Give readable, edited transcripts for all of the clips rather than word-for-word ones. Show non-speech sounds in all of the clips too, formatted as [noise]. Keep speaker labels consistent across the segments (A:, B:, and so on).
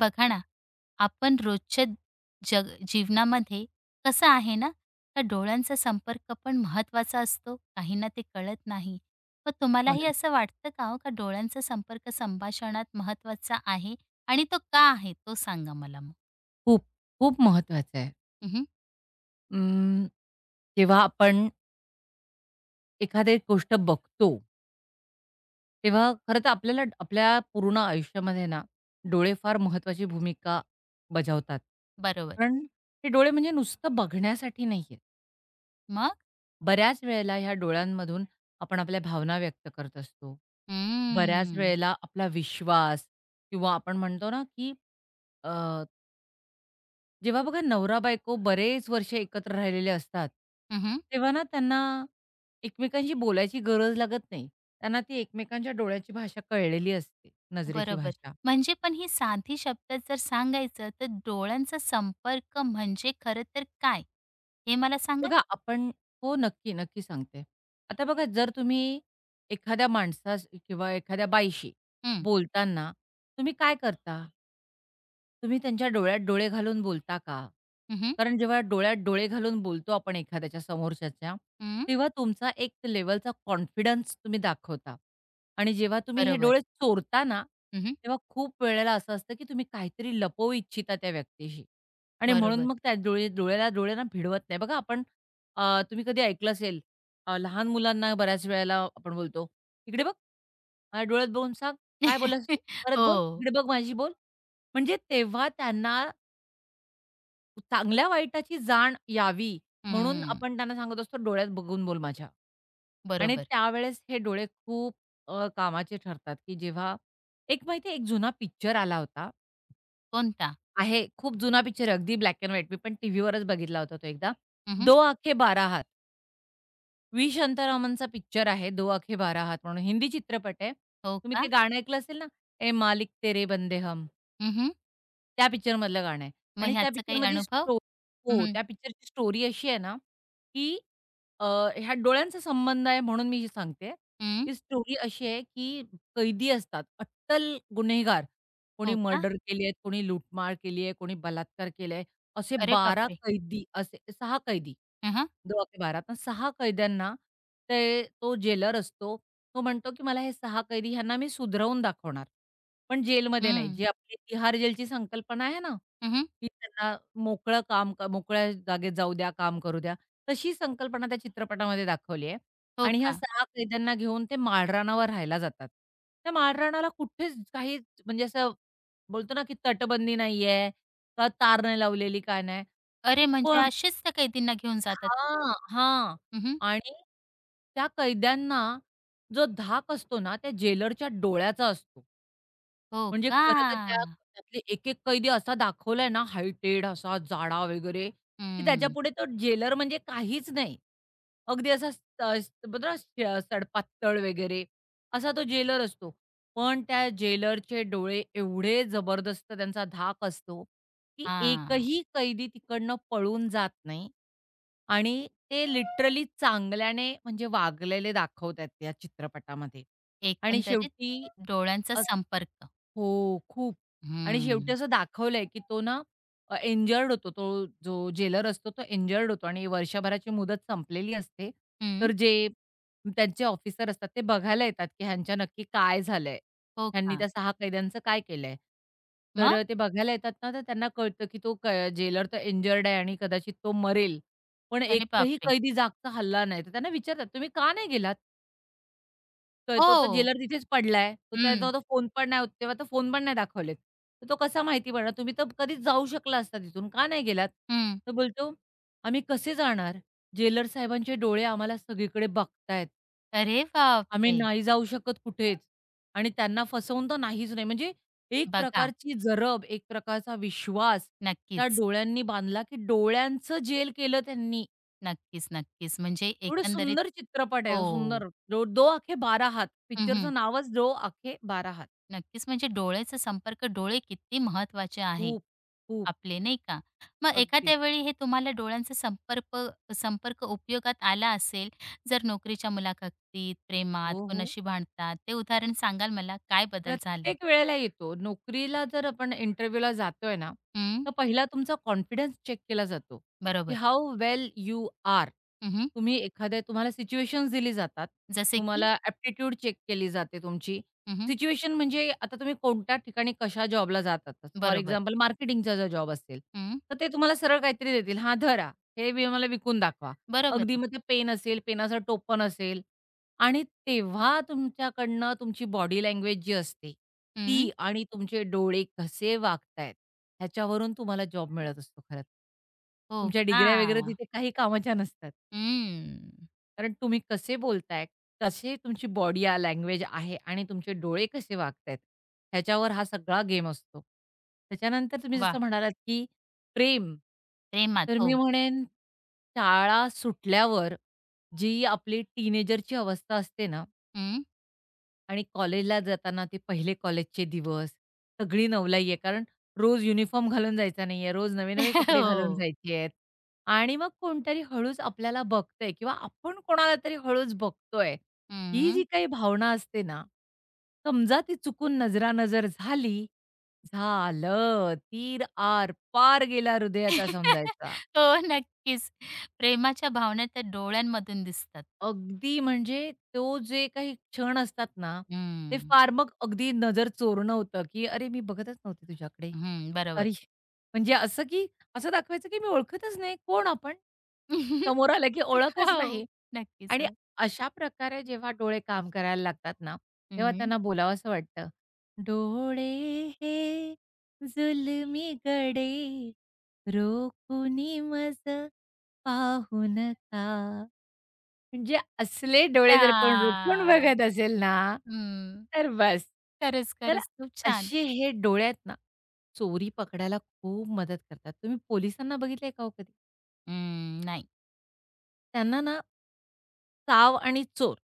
A: बघा ना, आपण रोजच्या जग जीवनामध्ये कसं आहे ना, तर डोळ्यांचा संपर्क पण महत्त्वाचा असतो. काहींना ते कळत नाही. मग
B: हो
A: तुम्हालाही
B: ना.
A: असं वाटतं का हो, का डोळ्यांचा संपर्क संभाषणात महत्त्वाचा आहे आणि तो का आहे? तो सांगा मला मग?
B: खूप, खूप महत्वाचं आहे.
A: हं,
B: अं, जेव्हा आपण एखादी गोष्ट बघतो, तेव्हा खरं तर आपल्याला आपल्या पूर्ण आयुष्यामध्ये ना, डोळे फार महत्वाची भूमिका बजावतात.
A: बरोबर.
B: कारण हे डोळे म्हणजे नुसतं बघण्यासाठी नाहीये.
A: मग?
B: बऱ्याच वेळेला ह्या डोळ्यांमधून आपण आपल्या भावना व्यक्त करत असतो. बऱ्याच
A: हम्म.
B: वेळेला आपला विश्वास किंवा आपण म्हणतो ना, की जेव्हा बघा नवरा-बायको बरेच वर्ष एकत्र राहिलेले असतात,
A: हं, हं.
B: तेव्हा ना त्यांना एकमेकांशी बोलायची गरज लागत नाही. त्यांना ती एकमेकांच्या डोळ्याची भाषा कळलेली असते, नजरेची
A: बरोबर.
B: भाषा.
A: म्हणजे पण ही साधी शब्दात जर सांगायचं, तर डोळ्यांचा संपर्क म्हणजे खरं तर काय? हे मला सांगाल?
B: बघा आपण हो, नक्की, नक्की सांगते. आता बघा जर तुम्ही एखाद्या माणसास किंवा एखाद्या बाईशी
A: हं.
B: बोलताना तुम्ही काय करता? तुम्ही त्यांच्या डोळ्यात डोळे घालून बोलता का?
A: हं,
B: कारण जेव्हा डोळ्यात डोळे घालून बोलतो आपण एखाद्याच्या समोरच्याच्या,
A: हं.
B: तेव्हा तुमचा एक लेव्हलचा कॉन्फिडन्स तुम्ही दाखवता आणि जेव्हा तुम्ही हे
A: बरोबर.
B: डोळे चोरता ना,
A: हं,
B: तेव्हा खूप वेळेला असं असतं, की तुम्ही काहीतरी लपवू इच्छिता त्या व्यक्तीशी आणि म्हणून
A: बरोबर.
B: मग त्या डोळे डोळ्याला डोळे ना भिडवत नाही. बघा आपण तुम्ही कधी ऐकलं असेल, लहान मुलांना बऱ्याच वेळेला आपण बोलतो, "इकडे बघ, माझ्या डोळ्यात बघून सांग, काय बोललास तू?
A: [laughs]
B: परत बोल,
A: हो.
B: इकडे बघ माझी बोल." म्हणजे तेव्हा त्यांना चांगल्या वाईटाची जाण यावी म्हणून
A: हं,
B: आपण त्यांना सांगत असतो, "डोळ्यात बघून बोल माझ्या." आणि
A: बरोबर.
B: त्यावेळेस हे डोळे खूप कामाचे ठरतात, की जेव्हा एक माहिती आहे एक जुना पिक्चर आला होता.
A: कोणता?
B: आहे खूप जुना पिक्चर आहे, अगदी ब्लॅक अँड व्हाईट. मी पण टीव्हीवरच बघितला होता तो एकदा.
A: हं,
B: "दो आंखे बारा हात." व्ही. शांतारामनचा पिक्चर आहे, "दो आखे बारा हात म्हणून हिंदी चित्रपट आहे.
A: हो
B: तुम्ही ते
A: का?
B: गाणं ऐकलं असेल ना, "ए मालिक तेरे बंदे हम."
A: हं,
B: त्या पिक्चरमधलं गाणं आहे
A: मग
B: आणि त्या
A: ह्याचा काही
B: पिक्चरमधली
A: अनुभव? हं,
B: हो,
A: हं.
B: त्या पिक्चरची स्टोरी अशी आहे ना, की अ, ह्या डोळ्यांचा संबंध आहे म्हणून मी सांगते. ही स्टोरी अशी आहे, की कैदी असतात, अट्टल गुन्हेगार. कोणी
A: हो का?
B: मर्डर केली आहे, कोणी लूटमार केली आहे, कोणी बलात्कार केलाय. असे
A: अरे
B: 12
A: बापरे!
B: कैदी असे 6 कैदी.
A: हं, हं.
B: 2 ते 12 तर 6 कैद्यांना ते तो जेलर असतो. तो म्हणतो, की मला हे 6 कैदी ह्यांना मी सुधरवून दाखवणार. पण जेलमध्ये नाही.
A: हं.
B: जी आपली तिहार जेलची संकल्पना आहे ना, की त्यांना मोकळं काम मोकळ्या जागेत जाऊ द्या, काम करू द्या. तशी संकल्पना त्या चित्रपटामध्ये दाखवली आहे
A: हो
B: आणि ह्या
A: का?
B: 6 कैद्यांना घेऊन ते माळरानावर राहायला जातात. त्या माळरानाला कुठेच काही म्हणजे असं बोलतो ना, की तटबंदी नाहीये का तार नाही लावलेली काय नाही.
A: अरे म्हणजे
B: पण
A: असेच त्या कैदींना घेऊन जातात ते?
B: हां, हां
A: हं, हं.
B: आणि त्या कैद्यांना जो धाक असतो ना, त्या जेलरच्या डोळ्याचा असतो.
A: हो
B: म्हणजे
A: का?
B: खरं तर त्या त्यातले एक-एक कैदी असा दाखवलाय ना, हायटेड असा जाडा वगैरे, की
A: हं.
B: त्याच्यापुढे तो जेलर म्हणजे काहीच नाही. अगदी असा स स- बघा सडपातळ वगैरे असा तो जेलर असतो. पण त्या जेलरचे डोळे एवढे जबरदस्त त्यांचा धाक असतो, की
A: हां.
B: एकही कैदी तिकडनं पळून जात नाही. आणि ते लिटरली चांगल्याने म्हणजे वागलेले दाखवतायत त्या चित्रपटामध्ये. आणि
A: एकंदरीत
B: शेवटी
A: डोळ्यांचा
B: अस
A: संपर्क.
B: हो, खूप. आणि शेवटी
A: हं.
B: असं दाखवलंय, की तो ना इंजर्ड होतो. तो जो जेलर असतो तो इंजर्ड होतो आणि वर्षभराची मुदत संपलेली असते. तर
A: हं.
B: जे त्यांचे ऑफिसर असतात ते बघायला येतात, की ह्यांच्या नक्की काय झालंय?
A: हो
B: ह्यांनी
A: का?
B: त्या 6 कैद्यांचं काय केलंय? तर
A: मग?
B: ते बघायला येतात ना, तर त्यांना कळतं, की तो जेलर तर इंजर्ड आहे आणि कदाचित तो मरेल. पण
A: अरे
B: एकही
A: बापरे!
B: कैदी जागचा हलला नाही. तर त्यांना विचारतात, "तुम्ही का नाही गेलात? तर तो तर
A: हो.
B: जेलर तिथेच पडलाय. तो त्याचा
A: हं,
B: तो फोन पण नाही तेव्हा तर फोन पण नाही दाखवलेत. तर तो कसा माहिती पडणार? तुम्ही तर कधीच जाऊ शकला असता तिथून. का नाही गेलात?"
A: हं.
B: तर बोलतो, "आम्ही कसे जाणार? जेलर साहेबांचे डोळे आम्हाला सगळीकडे बघतायत.
A: अरे
B: आम्ही
A: बापरे!
B: नाही जाऊ शकत कुठेच आणि त्यांना फसवून तर नाहीच नाही." म्हणजे एक
A: बघा
B: प्रकारची जरब, एक प्रकारचा विश्वास त्या
A: नक्कीच,
B: डोळ्यांनी बांधला, की डोळ्यांचं जेल केलं त्यांनी.
A: नक्कीच, नक्कीच. म्हणजे
B: एवढं
A: एकंदरीत
B: सुंदर चित्रपट
A: हो.
B: आहे, सुंदर. दो दो आंखे बारा हाथ
A: हं, हं.
B: पिक्चरचं नावच दो आखे बारा हाथ.
A: नक्कीच म्हणजे डोळ्याचा संपर्क डोळे किती महत्त्वाचे आहे
B: खूप, खूप.
A: आपले, नाही का? मग एखाद्या
B: अगदीच.
A: वेळी हे तुम्हाला डोळ्यांचा संपर्क संपर्क उपयोगात आला असेल, जर नोकरीच्या मुलाखतीत, प्रेमात,
B: हो, हो.
A: कोणाशी भांडतात, ते उदाहरण सांगाल मला? काय बदल झालं?
B: प्रत्येक वेळेला येतो. नोकरीला जर आपण इंटरव्ह्यूला जातोय ना,
A: हं,
B: तर पहिला तुमचा कॉन्फिडन्स चेक केला जातो, की
A: बरोबर.
B: How well you are.
A: हं,
B: तुम्ही एखाद्या तुम्हाला सिच्युएशन्स दिली जातात.
A: जसे की?
B: तुम्हाला ॲप्टिट्यूड चेक केली जाते तुमची.
A: हं,
B: सिच्युएशन म्हणजे आता तुम्ही कोणत्या ठिकाणी कशा जॉबला जात फॉर
A: बरोबर.
B: एक्झाम्पल मार्केटिंगचा जर जॉब असेल,
A: हं,
B: तर ते तुम्हाला सरळ काहीतरी देतील. "हां, धरा. हे वि मला विकून दाखवा."
A: बरोबर
B: अगदी
A: आहे.
B: मग ते पेन असेल, पेनाचं टोपण असेल आणि तेव्हा तुमच्याकडनं तुमची बॉडी लँग्वेज जी असते
A: हं.
B: ती आणि तुमचे डोळे कसे वागतायत ह्याच्यावरून तुम्हाला जॉब मिळत असतो खरं तर.
A: हो
B: तुमच्या
A: का?
B: डिग्र्या वगैरे तिथे काही कामाच्या नसतात.
A: हं.
B: कारण तुम्ही कसे बोलताय, कसे तुमची बॉडी लँग्वेज आहे आणि तुमचे डोळे कसे वागतायत ह्याच्यावर हा सगळा गेम असतो. त्याच्यानंतर तुम्ही जसं
A: वाह!
B: म्हणालात, की प्रेम,
A: प्रेमात.
B: तर मी
A: हो.
B: म्हणेन शाळा सुटल्यावर जी आपली टीनेजरची अवस्था असते ना
A: हं.
B: आणि कॉलेजला जाताना ते पहिले कॉलेजचे दिवस, सगळी नवलाई आहे. कारण रोज युनिफॉर्म घालून जायचा नाहीये, रोज नवे-नवे कपडे घालून
A: हो.
B: जायचे आहेत. आणि मग कोणतरी हळूच आपल्याला बघतंय किंवा आपण कोणाला तरी हळूच बघतोय. ही जी
A: हं.
B: काही भावना असते ना, समजा ती चुकून नजरानजर झाली, झालं. तीर आर-पार गेला हृदयाचा
A: [laughs]
B: समजायचा.
A: हो, नक्कीच. प्रेमाच्या भावना त्या डोळ्यांमधून दिसतात.
B: अगदी म्हणजे तो जे काही क्षण असतात ना, ते
A: हं,
B: फार मग अगदी नजर चोरणं होतं, की "अरे, मी बघतच नव्हते तुझ्याकडे.
A: हं.
B: सॉरी."
A: बरोबर.
B: म्हणजे असं की असं दाखवायचं की मी ओळखतच नाही. कोण आपण?
A: [laughs]
B: समोर आलं की ओळखच नाही
A: हो. नक्कीच
B: आणि
A: हो.
B: अशा प्रकारे जेव्हा डोळे काम करायला लागतात ना, तेव्हा
A: हं.
B: त्यांना बोलावंसं वाटतं. डोळे हे जुलमी गडे, रोखुनी मज पाहू नका. म्हणजे असले डोळे जर कोण रोखून
A: हां.
B: बघत असेल ना,
A: हं.
B: तर बस.
A: खरंच,
B: तर
A: खरंच. खूप छान.
B: असे हे डोळ्यात ना, चोरी पकडायला खूप मदत करतात. तुम्ही पोलिसांना बघितलंय का हो कधी?
A: हं. नाही.
B: त्यांना ना, साव आणि चोर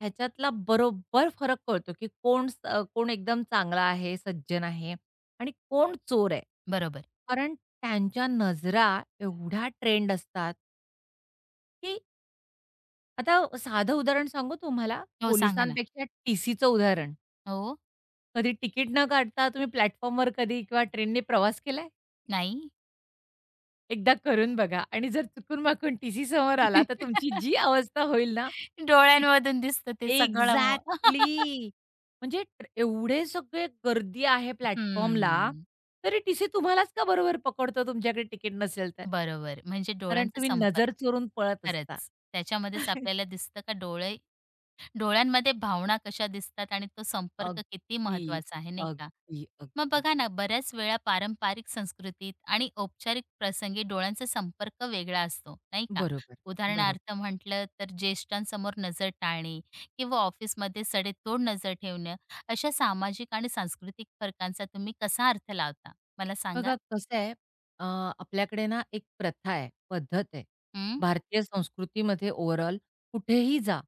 B: ह्याच्यातला बरोबर फरक कळतो, की कोण एकदम चांगला आहे, सज्जन आहे आणि कोण चोर आहे.
A: बरोबर.
B: कारण त्यांच्या नजरा एवढ्या ट्रेन्ड असतात, की आता साधं उदाहरण सांगू तुम्हाला?
A: हो, सांगा ना.
B: पोलिसांपेक्षा टीसीचं उदाहरण.
A: हो.
B: कधी तिकीट न काढता तुम्ही प्लॅटफॉर्मवर कधी किंवा ट्रेनने प्रवास केलाय?
A: नाही.
B: एकदा करून बघा आणि जर चुकून-माकून टी-सी समोर आला, तर तुमची
A: [laughs]
B: जी अवस्था होईल ना, ती
A: डोळ्यांमधून दिसतं ते सगळं मग.
B: एक्झॅक्टली. म्हणजे एवढे सगळे गर्दी आहे प्लॅटफॉर्मला,
A: हं.
B: तरी टी-सी तुम्हालाच का बरोबर पकडतो तुमच्याकडे तिकीट नसेल तर?
A: बरोबर. म्हणजे
B: कारण
A: डोळ्यांचा
B: तुम्ही
A: संपर्क.
B: नजर चोरून पळत असता.
A: खरंच. त्याच्यामध्येच आपल्याला
B: [laughs]
A: दिसतं का डोळे डोळ्यांमध्ये भावना कशा दिसतात आणि तो संपर्क किती
B: अगदी,
A: महत्वाचा आहे नाही का
B: अगदी,
A: मग
B: अगदी.
A: बघा ना बऱ्याच वेळा पारंपरिक संस्कृतीत आणि औपचारिक प्रसंगी डोळ्यांचा संपर्क वेगळा असतो नाही का
B: बरोबर, बरोबर.
A: उदाहरणार्थ म्हटलं तर ज्येष्ठांसमोर नजर टाळणे किंवा ऑफिसमध्ये सडेतोड नजर ठेवणं अशा सामाजिक आणि सांस्कृतिक फरकांचा तुम्ही कसा अर्थ लावता मला सांगा
B: बघा कसं आहे अ, आपल्याकडे ना एक प्रथा आहे, पद्धत आहे.
A: हं,
B: भारतीय संस्कृतीमध्ये ओव्हरऑल कुठेही जा,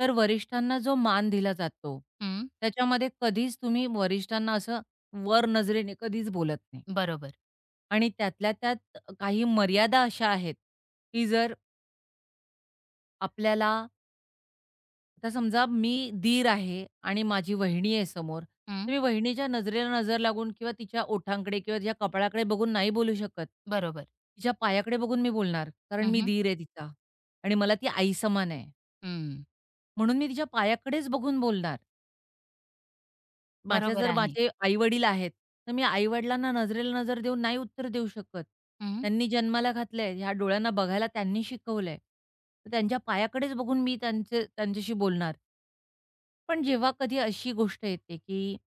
B: तर वरिष्ठांना जो मान दिला जातो,
A: हं,
B: त्याच्यामध्ये कधीच तुम्ही वरिष्ठांना असं वर नजरेने कधीच बोलत नाही
A: बरोबर
B: आणि त्यातल्या त्यात काही मर्यादा अशा आहेत, की जर आपल्याला आता समजा मी दीर आहे आणि माझी वहिनी आहे समोर, तर
A: हं,
B: मी वहिनीच्या नजरेला नजर लागून किंवा तिच्या ओठांकडे किंवा तिच्या कपाळाकडे बघून नाही बोलू शकत.
A: बरोबर
B: तिच्या पायाकडे बघून मी बोलणार, कारण
A: हं,
B: मी
A: हं,
B: दीर आहे तिचा आणि मला ती आई समान आहे.
A: हं,
B: म्हणून मी तिच्या पायाकडेच बघून बोलणार. माझ्या
A: बरोबर
B: जर
A: आहे
B: माझे आई-वडील आहेत, तर मी आई-वडिलांना नजरेला नजर देऊन नाही उत्तर देऊ शकत.
A: हं,
B: त्यांनी जन्माला घातलंय, ह्या डोळ्यांना बघायला त्यांनी शिकवलंय. तर त्यांच्या पायाकडेच बघून मी त्यांचे त्यांच्याशी बोलणार. पण जेव्हा कधी अशी गोष्ट येते, की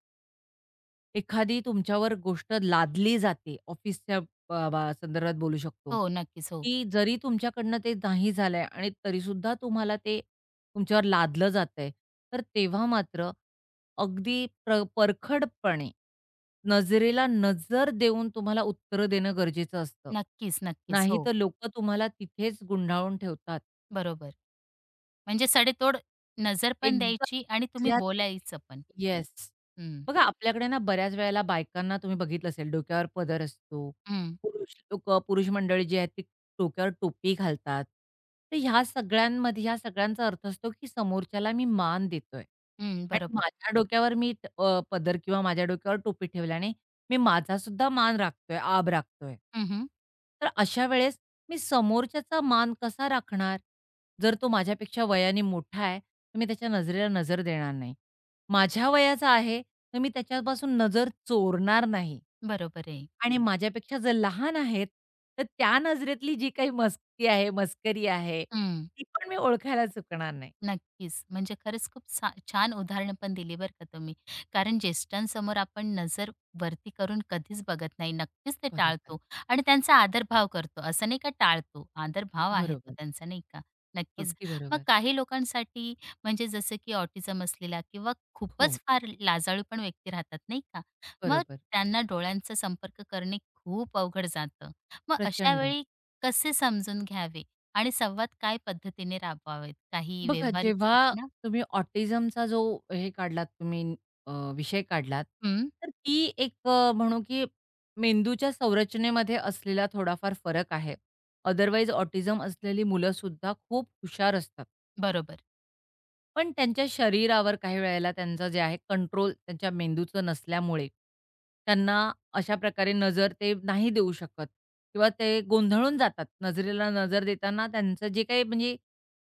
B: एखादी तुमच्यावर गोष्ट लादली जाते, ऑफिसच्या बा बा संदर्भात बोलू शकतो,
A: हो नक्कीच हो
B: की जरी तुमच्याकडनं ते नाही झालंय आणि तरीसुद्धा तुम्हाला ते तुमच्यावर लादलं जातंय, तर तेव्हा मात्र अगदी परखडपणे, नजरेला नजर देऊन तुम्हाला उत्तरं देणं गरजेचं असतं.
A: नक्कीच नक्कीच हो
B: नाहीतर लोकं तुम्हाला तिथेच गुंडाळून ठेवतात.
A: बरोबर. म्हणजे सडेतोड नजर पण
B: एकदम
A: द्यायची आणि तुम्ही
B: तिथल्या तिथे
A: बोलायचं पण.
B: येस.
A: हं.
B: बघा आपल्याकडे ना बऱ्याच वेळेला बायकांना तुम्ही बघितलं असेल डोक्यावर पदर असतो.
A: हं,
B: पुरुष लोकं, पुरुष मंडळी जी आहेत ती डोक्यावर टोपी घालतात. तर ह्या सगळ्यांमध्ये ह्या सगळ्यांचा अर्थ असतो, की समोरच्याला मी मान देतोय
A: हं.
B: आणि
A: बरोबर.
B: माझ्या डोक्यावर मी पदर किंवा माझ्या डोक्यावर टोपी ठेवल्याने मी माझा सुद्धा मान राखतोय, आब राखतोय.
A: हं, हं.
B: तर अशा वेळेस मी समोरच्याचा मान कसा राखणार? जर तो माझ्यापेक्षा वयाने मोठा आहे, तुम्ही त्याच्या नजरेला नजर देणार नाही. माझ्या वयाचा आहे, तर मी त्याच्यापासून नजर चोरणार नाही
A: बरोबर आहे.
B: आणि माझ्यापेक्षा जर लहान आहेत, तर त्या नजरेतली जी काही मस्ती आहे, मस्करी आहे, ती पण मी ओळखायला चुकणार नाही.
A: नक्कीच. म्हणजे खरंच खूप छान उदाहरण पण दिली बरं का तुम्ही. कारण ज्येष्ठांसमोर आपण नजर वरती करून कधीच बघत नाही. नक्कीच ते
B: बरोबर,
A: टाळतो आणि त्यांचा आदरभाव करतो. असं नाही का टाळतो, आदरभाव आहे तो
B: बरोबर.
A: त्यांचा नाही का? नक्कीच.
B: अगदी
A: मग
B: बरोबर.
A: काही लोकांसाठी म्हणजे जसं की ऑटिझम असलेला किंवा
B: हो,
A: खूपच फार लाजाळू पण व्यक्ती राहतात नाही का? मग
B: बरोबर.
A: त्यांना डोळ्यांचा संपर्क करणे खूप अवघड जातं. मग अशा
B: प्रचंड.
A: वेळी कसे समजून घ्यावे? आणि संवाद काय पद्धतीने राबवावेत? काही
B: बघा,
A: व्यावहारिक
B: जेव्हा
A: सूचना?
B: तुम्ही ऑटिझमचा जो हे काढलात तुम्ही अ, विषय काढलात,
A: हं,
B: तर ती एक म्हणू की मेंदूच्या संरचनेमध्ये असलेला थोडाफार फरक आहे. अदरवाईज ऑटिझम असलेली मुलंसुद्धा खूप हुशार असतात.
A: बरोबर.
B: पण त्यांच्या शरीरावर काही वेळेला त्यांचं जे आहे कंट्रोल त्यांच्या मेंदूचं नसल्यामुळे, त्यांना अशा प्रकारे नजर ते नाही देऊ शकत किंवा ते गोंधळून जातात. नजरेला नजर देताना त्यांचं जे काही म्हणजे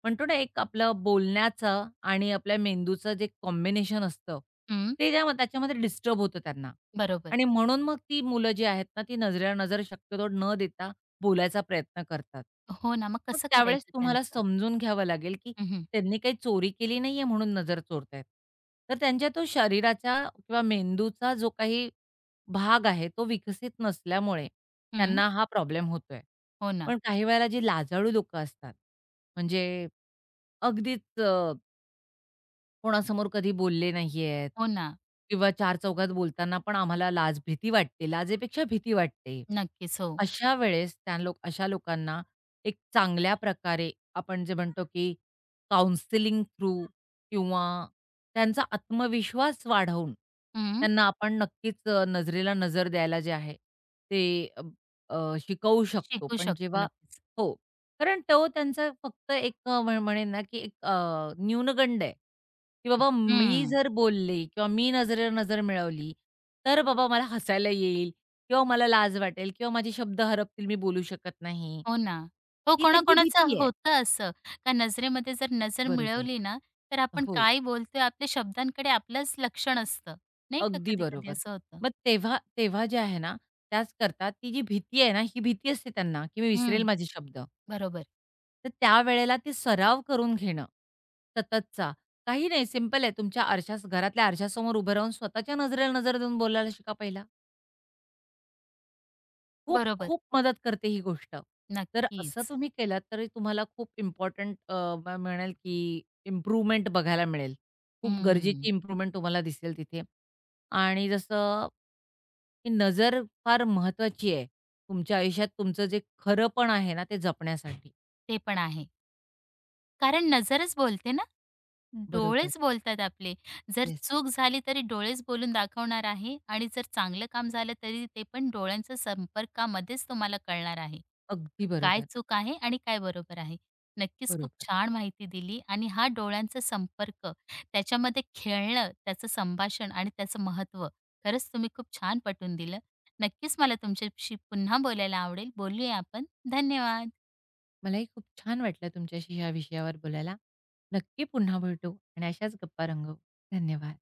B: म्हणतो ना, एक आपलं बोलण्याचं आणि आपल्या मेंदूचं जे कॉम्बिनेशन असतं,
A: हं,
B: ते त्या त्याच्यामध्ये डिस्टर्ब होतं त्यांना
A: बरोबर.
B: आणि म्हणून मग ती मुलं जी आहेत ना, ती नजरेला नजर शक्यतो न देता बोलायचा प्रयत्न करतात.
A: हो ना, मग
B: मग
A: कसं
B: त्यावेळेस
A: करायचं
B: तुम्हाला
A: त्यांचं?
B: समजून घ्यावं लागेल, की
A: हं, हं.
B: त्यांनी काही चोरी केली नाहीये म्हणून नजर चोरतायेत. तर त्यांच्या तो शरीराचा किंवा मेंदूचा जो काही भाग आहे, तो विकसित नसल्यामुळे
A: हं.
B: त्यांना हा प्रॉब्लेम होतोय.
A: हो ना,
B: पण काही वेळेला जी लाजाळू लोकं असतात, म्हणजे अगदीच कोणासमोर कधी बोलले नाहीयेत
A: हो ना.
B: किंवा चार चौघात बोलताना पण आम्हाला लाज भीती वाटते. लाजेपेक्षा भीती वाटते.
A: नक्कीच, हो.
B: अशा वेळेस त्या लोक अशा लोकांना एक चांगल्या प्रकारे आपण जे म्हणतो, की काउन्सिलिंग थ्रू किंवा त्यांचा आत्मविश्वास वाढवून
A: हं.
B: त्यांना आपण नक्कीच नजरेला नजर द्यायला जे आहे ते अ, अ, शिकवू शकतो.
A: शिकू
B: पण
A: शकतो
B: जेव्हा
A: नक्कीच.
B: हो. कारण तो त्यांचा फक्त एक अ, म्ह म्हणेन ना, की एक न्यूनगंड आहे, की बाबा मी
A: हं.
B: जर बोलले किंवा मी नजरेवर नजर मिळवली, तर बाबा मला हसायला येईल किंवा मला लाज वाटेल किंवा माझे शब्द हरपतील, मी बोलू शकत नाही.
A: हो ना. हो,
B: ही त्यांची
A: कोणाकोणाचं
B: भीती आहे.
A: होतं असं, का नजरेमध्ये जर नजर
B: बरोबर.
A: मिळवली ना, तर आपण
B: हो.
A: काय बोलतोय आपल्या शब्दांकडे आपलंच लक्षण असतं. नाही का
B: अगदी
A: कधी-कधी
B: बरोबर.
A: असं होतं.
B: मग तेव्हा तेव्हा जे आहे ना, त्याच करता ती जी भीती आहे ना, ही भीती असते त्यांना, की मी विसरेल
A: हं.
B: माझे शब्द.
A: बरोबर,
B: तर त्यावेळेला ते सराव करून घेणं, सततचा. काही नाही सिंपल आहे तुमच्या आरशास घरातल्या आरशासमोर उभं राहून स्वतःच्या नजरेला नजर देऊन बोलायला शिका पहिला. खूप
A: बरोबर.
B: खूप मदत करते ही गोष्ट. तर असं
A: नक्कीच.
B: तुम्ही केलात तरी तुम्हाला खूप इम्पोर्टंट की इम्प्रूव्हमेंट बघायला मिळेल. खूप गरजेची
A: हं.
B: इम्प्रूव्हमेंट तुम्हाला दिसेल तिथे. आणि जसं ही नजर फार महत्वाची आहे. तुमच्या आयुष्यात तुमचं जे खरंपण आहे ना, ते जपण्यासाठी.
A: ते पण आहे. कारण नजरच बोलते ना.
B: बरोबर.
A: डोळेच बोलतात आपले. जर
B: येस.
A: चूक झाली तरी डोळेच बोलून दाखवणार आहे आणि जर चांगलं काम झालं तरी ते पण डोळ्यांच्या संपर्कामध्येच तुम्हाला कळणार आहे. क-
B: अगदी
A: काय
B: बरोबर.
A: चूक आहे आणि काय बरोबर आहे. नक्कीच खूप
B: बरोबर.
A: छान माहिती दिली आणि हा डोळ्यांचा संपर्क, त्याच्यामध्ये खेळणं, त्याचं संभाषण आणि त्याचं महत्त्व खरंच तुम्ही खूप छान पटवून दिलं. नक्कीच मला तुमच्याशी पुन्हा बोलायला आवडेल. बोलूया आपण. धन्यवाद.
B: मलाही खूप छान वाटलं तुमच्याशी ह्या विषयावर बोलायला. नक्की पुन्हा भेटू आणि अशाच गप्पा रंगवू. धन्यवाद.